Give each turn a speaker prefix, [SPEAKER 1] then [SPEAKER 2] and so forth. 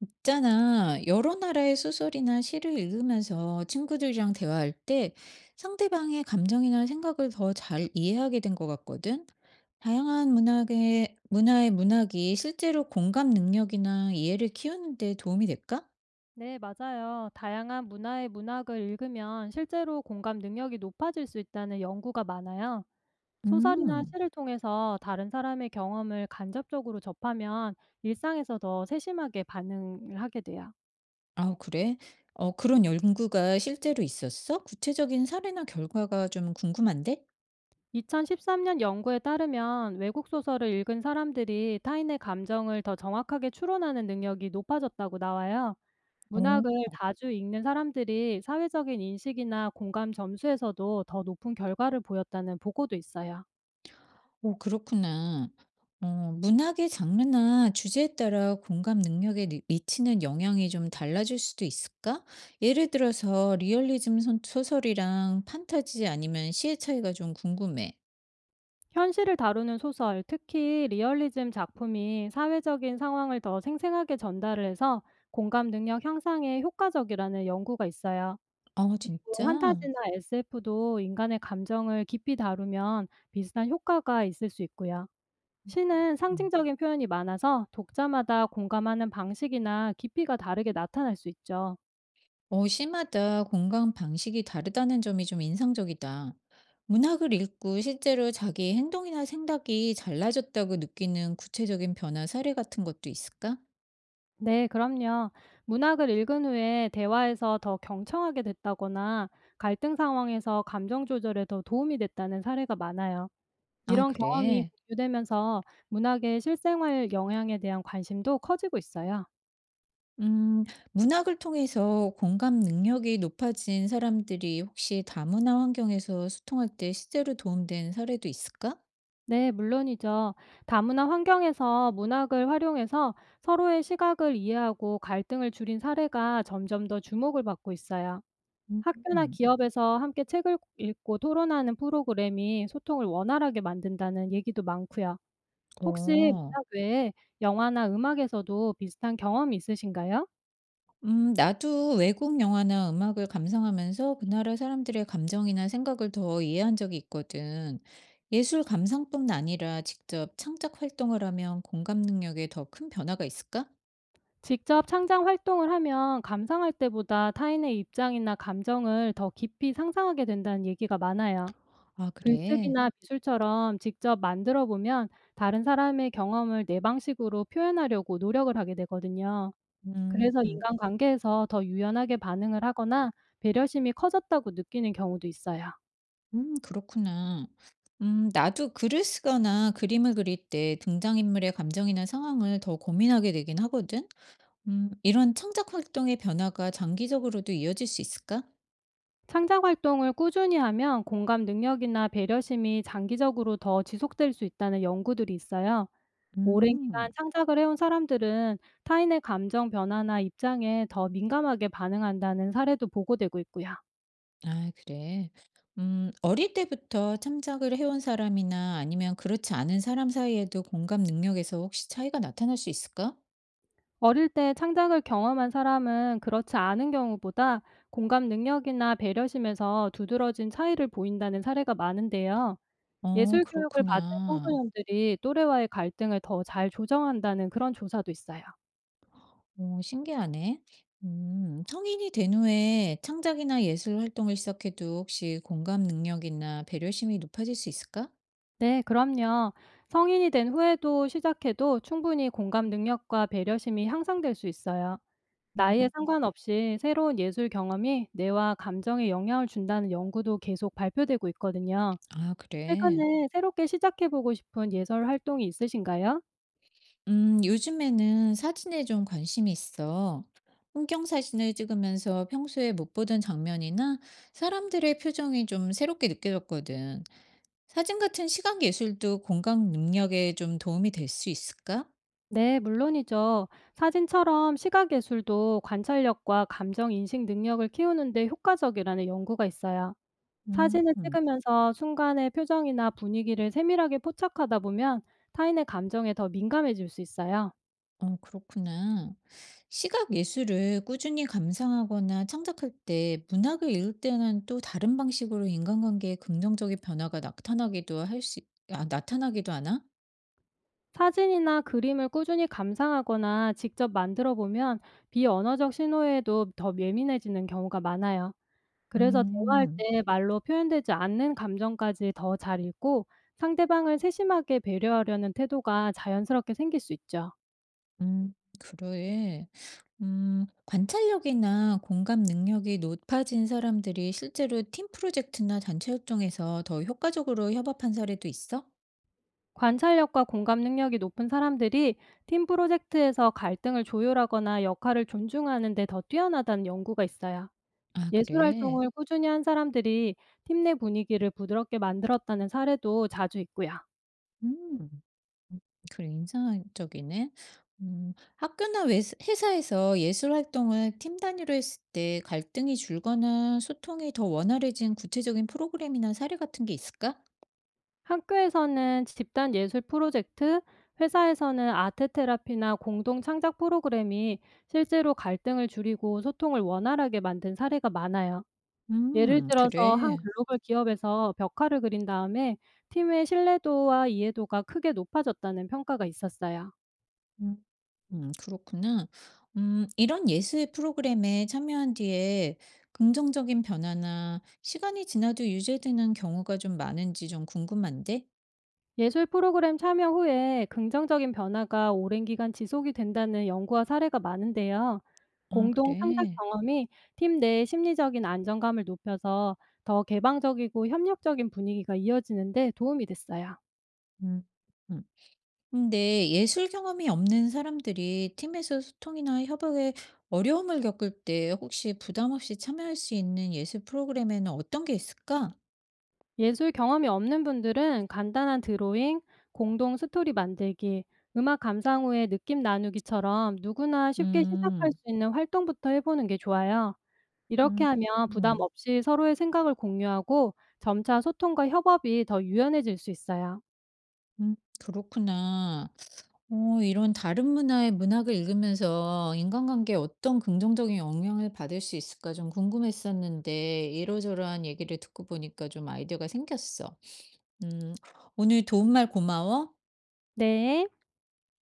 [SPEAKER 1] 있잖아, 여러 나라의 소설이나 시를 읽으면서 친구들이랑 대화할 때 상대방의 감정이나 생각을 더 잘 이해하게 된 것 같거든? 다양한 문화의 문학이 실제로 공감 능력이나 이해를 키우는 데 도움이 될까?
[SPEAKER 2] 네, 맞아요. 다양한 문화의 문학을 읽으면 실제로 공감 능력이 높아질 수 있다는 연구가 많아요. 소설이나
[SPEAKER 1] 음,
[SPEAKER 2] 시를 통해서 다른 사람의 경험을 간접적으로 접하면 일상에서 더 세심하게 반응을 하게 돼요.
[SPEAKER 1] 아, 그래? 그런 연구가 실제로 있었어? 구체적인 사례나 결과가 좀 궁금한데?
[SPEAKER 2] 2013년 연구에 따르면 외국 소설을 읽은 사람들이 타인의 감정을 더 정확하게 추론하는 능력이 높아졌다고 나와요.
[SPEAKER 1] 어.
[SPEAKER 2] 문학을 자주 읽는 사람들이 사회적인 인식이나 공감 점수에서도 더 높은 결과를 보였다는 보고도 있어요.
[SPEAKER 1] 오, 그렇구나. 문학의 장르나 주제에 따라 공감 능력에 미치는 영향이 좀 달라질 수도 있을까? 예를 들어서 리얼리즘 소설이랑 판타지 아니면 시의 차이가 좀 궁금해.
[SPEAKER 2] 현실을 다루는 소설, 특히 리얼리즘 작품이 사회적인 상황을 더 생생하게 전달을 해서 공감 능력 향상에 효과적이라는 연구가 있어요.
[SPEAKER 1] 어,
[SPEAKER 2] 그리고
[SPEAKER 1] 진짜?
[SPEAKER 2] 판타지나 SF도 인간의 감정을 깊이 다루면 비슷한 효과가 있을 수 있고요. 시는
[SPEAKER 1] 음.
[SPEAKER 2] 상징적인 표현이 많아서 독자마다 공감하는 방식이나 깊이가 다르게 나타날 수 있죠.
[SPEAKER 1] 시마다 공감 방식이 다르다는 점이 좀 인상적이다. 문학을 읽고 실제로 자기 행동이나 생각이 달라졌다고 느끼는 구체적인 변화 사례 같은 것도 있을까?
[SPEAKER 2] 네, 그럼요. 문학을 읽은 후에 대화에서 더 경청하게 됐다거나 갈등 상황에서 감정 조절에 더 도움이 됐다는 사례가 많아요.
[SPEAKER 1] 아,
[SPEAKER 2] 이런 경험이
[SPEAKER 1] 그래.
[SPEAKER 2] 공유되면서 문학의 실생활 영향에 대한 관심도 커지고 있어요.
[SPEAKER 1] 음, 문학을 통해서 공감 능력이 높아진 사람들이 혹시 다문화 환경에서 소통할 때 실제로 도움된 사례도 있을까?
[SPEAKER 2] 네, 물론이죠. 다문화 환경에서 문학을 활용해서 서로의 시각을 이해하고 갈등을 줄인 사례가 점점 더 주목을 받고 있어요. 학교나
[SPEAKER 1] 음,
[SPEAKER 2] 기업에서 함께 책을 읽고 토론하는 프로그램이 소통을 원활하게 만든다는 얘기도 많고요. 혹시
[SPEAKER 1] 어,
[SPEAKER 2] 문학 외에 영화나 음악에서도 비슷한 경험이 있으신가요?
[SPEAKER 1] 나도 외국 영화나 음악을 감상하면서 그 나라 사람들의 감정이나 생각을 더 이해한 적이 있거든. 예술 감상뿐 아니라 직접 창작 활동을 하면 공감 능력에 더 큰 변화가 있을까?
[SPEAKER 2] 직접 창작 활동을 하면 감상할 때보다 타인의 입장이나 감정을 더 깊이 상상하게 된다는 얘기가 많아요.
[SPEAKER 1] 아, 그래.
[SPEAKER 2] 글쓰기나 미술처럼 직접 만들어 보면 다른 사람의 경험을 내 방식으로 표현하려고 노력을 하게 되거든요. 그래서
[SPEAKER 1] 음.
[SPEAKER 2] 인간관계에서 더 유연하게 반응을 하거나 배려심이 커졌다고 느끼는 경우도 있어요.
[SPEAKER 1] 그렇구나. 나도 글을 쓰거나 그림을 그릴 때 등장인물의 감정이나 상황을 더 고민하게 되긴 하거든. 이런 창작 활동의 변화가 장기적으로도 이어질 수 있을까?
[SPEAKER 2] 창작 활동을 꾸준히 하면 공감 능력이나 배려심이 장기적으로 더 지속될 수 있다는 연구들이 있어요. 오랜 기간
[SPEAKER 1] 음.
[SPEAKER 2] 창작을 해온 사람들은 타인의 감정 변화나 입장에 더 민감하게 반응한다는 사례도 보고되고 있고요.
[SPEAKER 1] 아 그래. 어릴 때부터 창작을 해온 사람이나 아니면 그렇지 않은 사람 사이에도 공감 능력에서 혹시 차이가 나타날 수 있을까?
[SPEAKER 2] 어릴 때 창작을 경험한 사람은 그렇지 않은 경우보다 공감 능력이나 배려심에서 두드러진 차이를 보인다는 사례가 많은데요.
[SPEAKER 1] 어
[SPEAKER 2] 예술 교육을 받은
[SPEAKER 1] 그렇구나.
[SPEAKER 2] 청소년들이 또래와의 갈등을 더 잘 조정한다는 그런 조사도 있어요.
[SPEAKER 1] 어 신기하네. 성인이 된 후에 창작이나 예술 활동을 시작해도 혹시 공감 능력이나 배려심이 높아질 수 있을까?
[SPEAKER 2] 네, 그럼요. 성인이 된 후에도 시작해도 충분히 공감 능력과 배려심이 향상될 수 있어요. 나이에
[SPEAKER 1] 음.
[SPEAKER 2] 상관없이 새로운 예술 경험이 뇌와 감정에 영향을 준다는 연구도 계속 발표되고 있거든요.
[SPEAKER 1] 아 그래.
[SPEAKER 2] 최근에 새롭게 시작해보고 싶은 예술 활동이 있으신가요?
[SPEAKER 1] 요즘에는 사진에 좀 관심이 있어. 풍경 사진을 찍으면서 평소에 못 보던 장면이나 사람들의 표정이 좀 새롭게 느껴졌거든. 사진 같은 시각 예술도 공감 능력에 좀 도움이 될 수 있을까?
[SPEAKER 2] 네, 물론이죠. 사진처럼 시각예술도 관찰력과 감정 인식 능력을 키우는 데 효과적이라는 연구가 있어요.
[SPEAKER 1] 음.
[SPEAKER 2] 사진을 찍으면서 순간의 표정이나 분위기를 세밀하게 포착하다 보면 타인의 감정에 더 민감해질 수 있어요.
[SPEAKER 1] 어, 그렇구나. 시각 예술을 꾸준히 감상하거나 창작할 때 문학을 읽을 때는 또 다른 방식으로 인간관계에 긍정적인 변화가 나타나기도 할 수, 아, 나타나기도 하나?
[SPEAKER 2] 사진이나 그림을 꾸준히 감상하거나 직접 만들어 보면 비언어적 신호에도 더 예민해지는 경우가 많아요. 그래서 대화할
[SPEAKER 1] 음,
[SPEAKER 2] 때 말로 표현되지 않는 감정까지 더 잘 읽고 상대방을 세심하게 배려하려는 태도가 자연스럽게 생길 수 있죠.
[SPEAKER 1] 음, 그래. 관찰력이나 공감 능력이 높아진 사람들이 실제로 팀 프로젝트나 단체 활동에서 더 효과적으로 협업한 사례도 있어?
[SPEAKER 2] 관찰력과 공감 능력이 높은 사람들이 팀 프로젝트에서 갈등을 조율하거나 역할을 존중하는 데 더 뛰어나다는 연구가 있어요.
[SPEAKER 1] 아,
[SPEAKER 2] 예술
[SPEAKER 1] 그래.
[SPEAKER 2] 활동을 꾸준히 한 사람들이 팀 내 분위기를 부드럽게 만들었다는 사례도 자주 있고요.
[SPEAKER 1] 음. 음 그래 인상적이네. 음 학교나 웨- 회사에서 예술 활동을 팀 단위로 했을 때 갈등이 줄거나 소통이 더 원활해진 구체적인 프로그램이나 사례 같은 게 있을까?
[SPEAKER 2] 학교에서는 집단 예술 프로젝트, 회사에서는 아트 테라피나 공동 창작 프로그램이 실제로 갈등을 줄이고 소통을 원활하게 만든 사례가 많아요. 예를 들어서 한
[SPEAKER 1] 그래.
[SPEAKER 2] 글로벌 기업에서 벽화를 그린 다음에 팀의 신뢰도와 이해도가 크게 높아졌다는 평가가 있었어요.
[SPEAKER 1] 음. 그렇구나. 이런 예술 프로그램에 참여한 뒤에 긍정적인 변화나 시간이 지나도 유지되는 경우가 좀 많은지 좀 궁금한데?
[SPEAKER 2] 예술 프로그램 참여 후에 긍정적인 변화가 오랜 기간 지속이 된다는 연구와 사례가 많은데요.
[SPEAKER 1] 아
[SPEAKER 2] 공동 창작
[SPEAKER 1] 그래.
[SPEAKER 2] 경험이 팀 내 심리적인 안정감을 높여서 더 개방적이고 협력적인 분위기가 이어지는데 도움이 됐어요.
[SPEAKER 1] 음. 음. 근데 예술 경험이 없는 사람들이 팀에서 소통이나 협업에 어려움을 겪을 때 혹시 부담 없이 참여할 수 있는 예술 프로그램에는 어떤 게 있을까?
[SPEAKER 2] 예술 경험이 없는 분들은 간단한 드로잉, 공동 스토리 만들기, 음악 감상 후에 느낌 나누기처럼 누구나 쉽게 시작할
[SPEAKER 1] 음,
[SPEAKER 2] 수 있는 활동부터 해보는 게 좋아요. 이렇게
[SPEAKER 1] 음,
[SPEAKER 2] 하면 부담
[SPEAKER 1] 음,
[SPEAKER 2] 없이 서로의 생각을 공유하고 점차 소통과 협업이 더 유연해질 수 있어요.
[SPEAKER 1] 그렇구나. 이런 다른 문화의 문학을 읽으면서 인간관계에 어떤 긍정적인 영향을 받을 수 있을까 좀 궁금했었는데, 이러저러한 얘기를 듣고 보니까 좀 아이디어가 생겼어. 음, 오늘 도움말 고마워.
[SPEAKER 2] 네.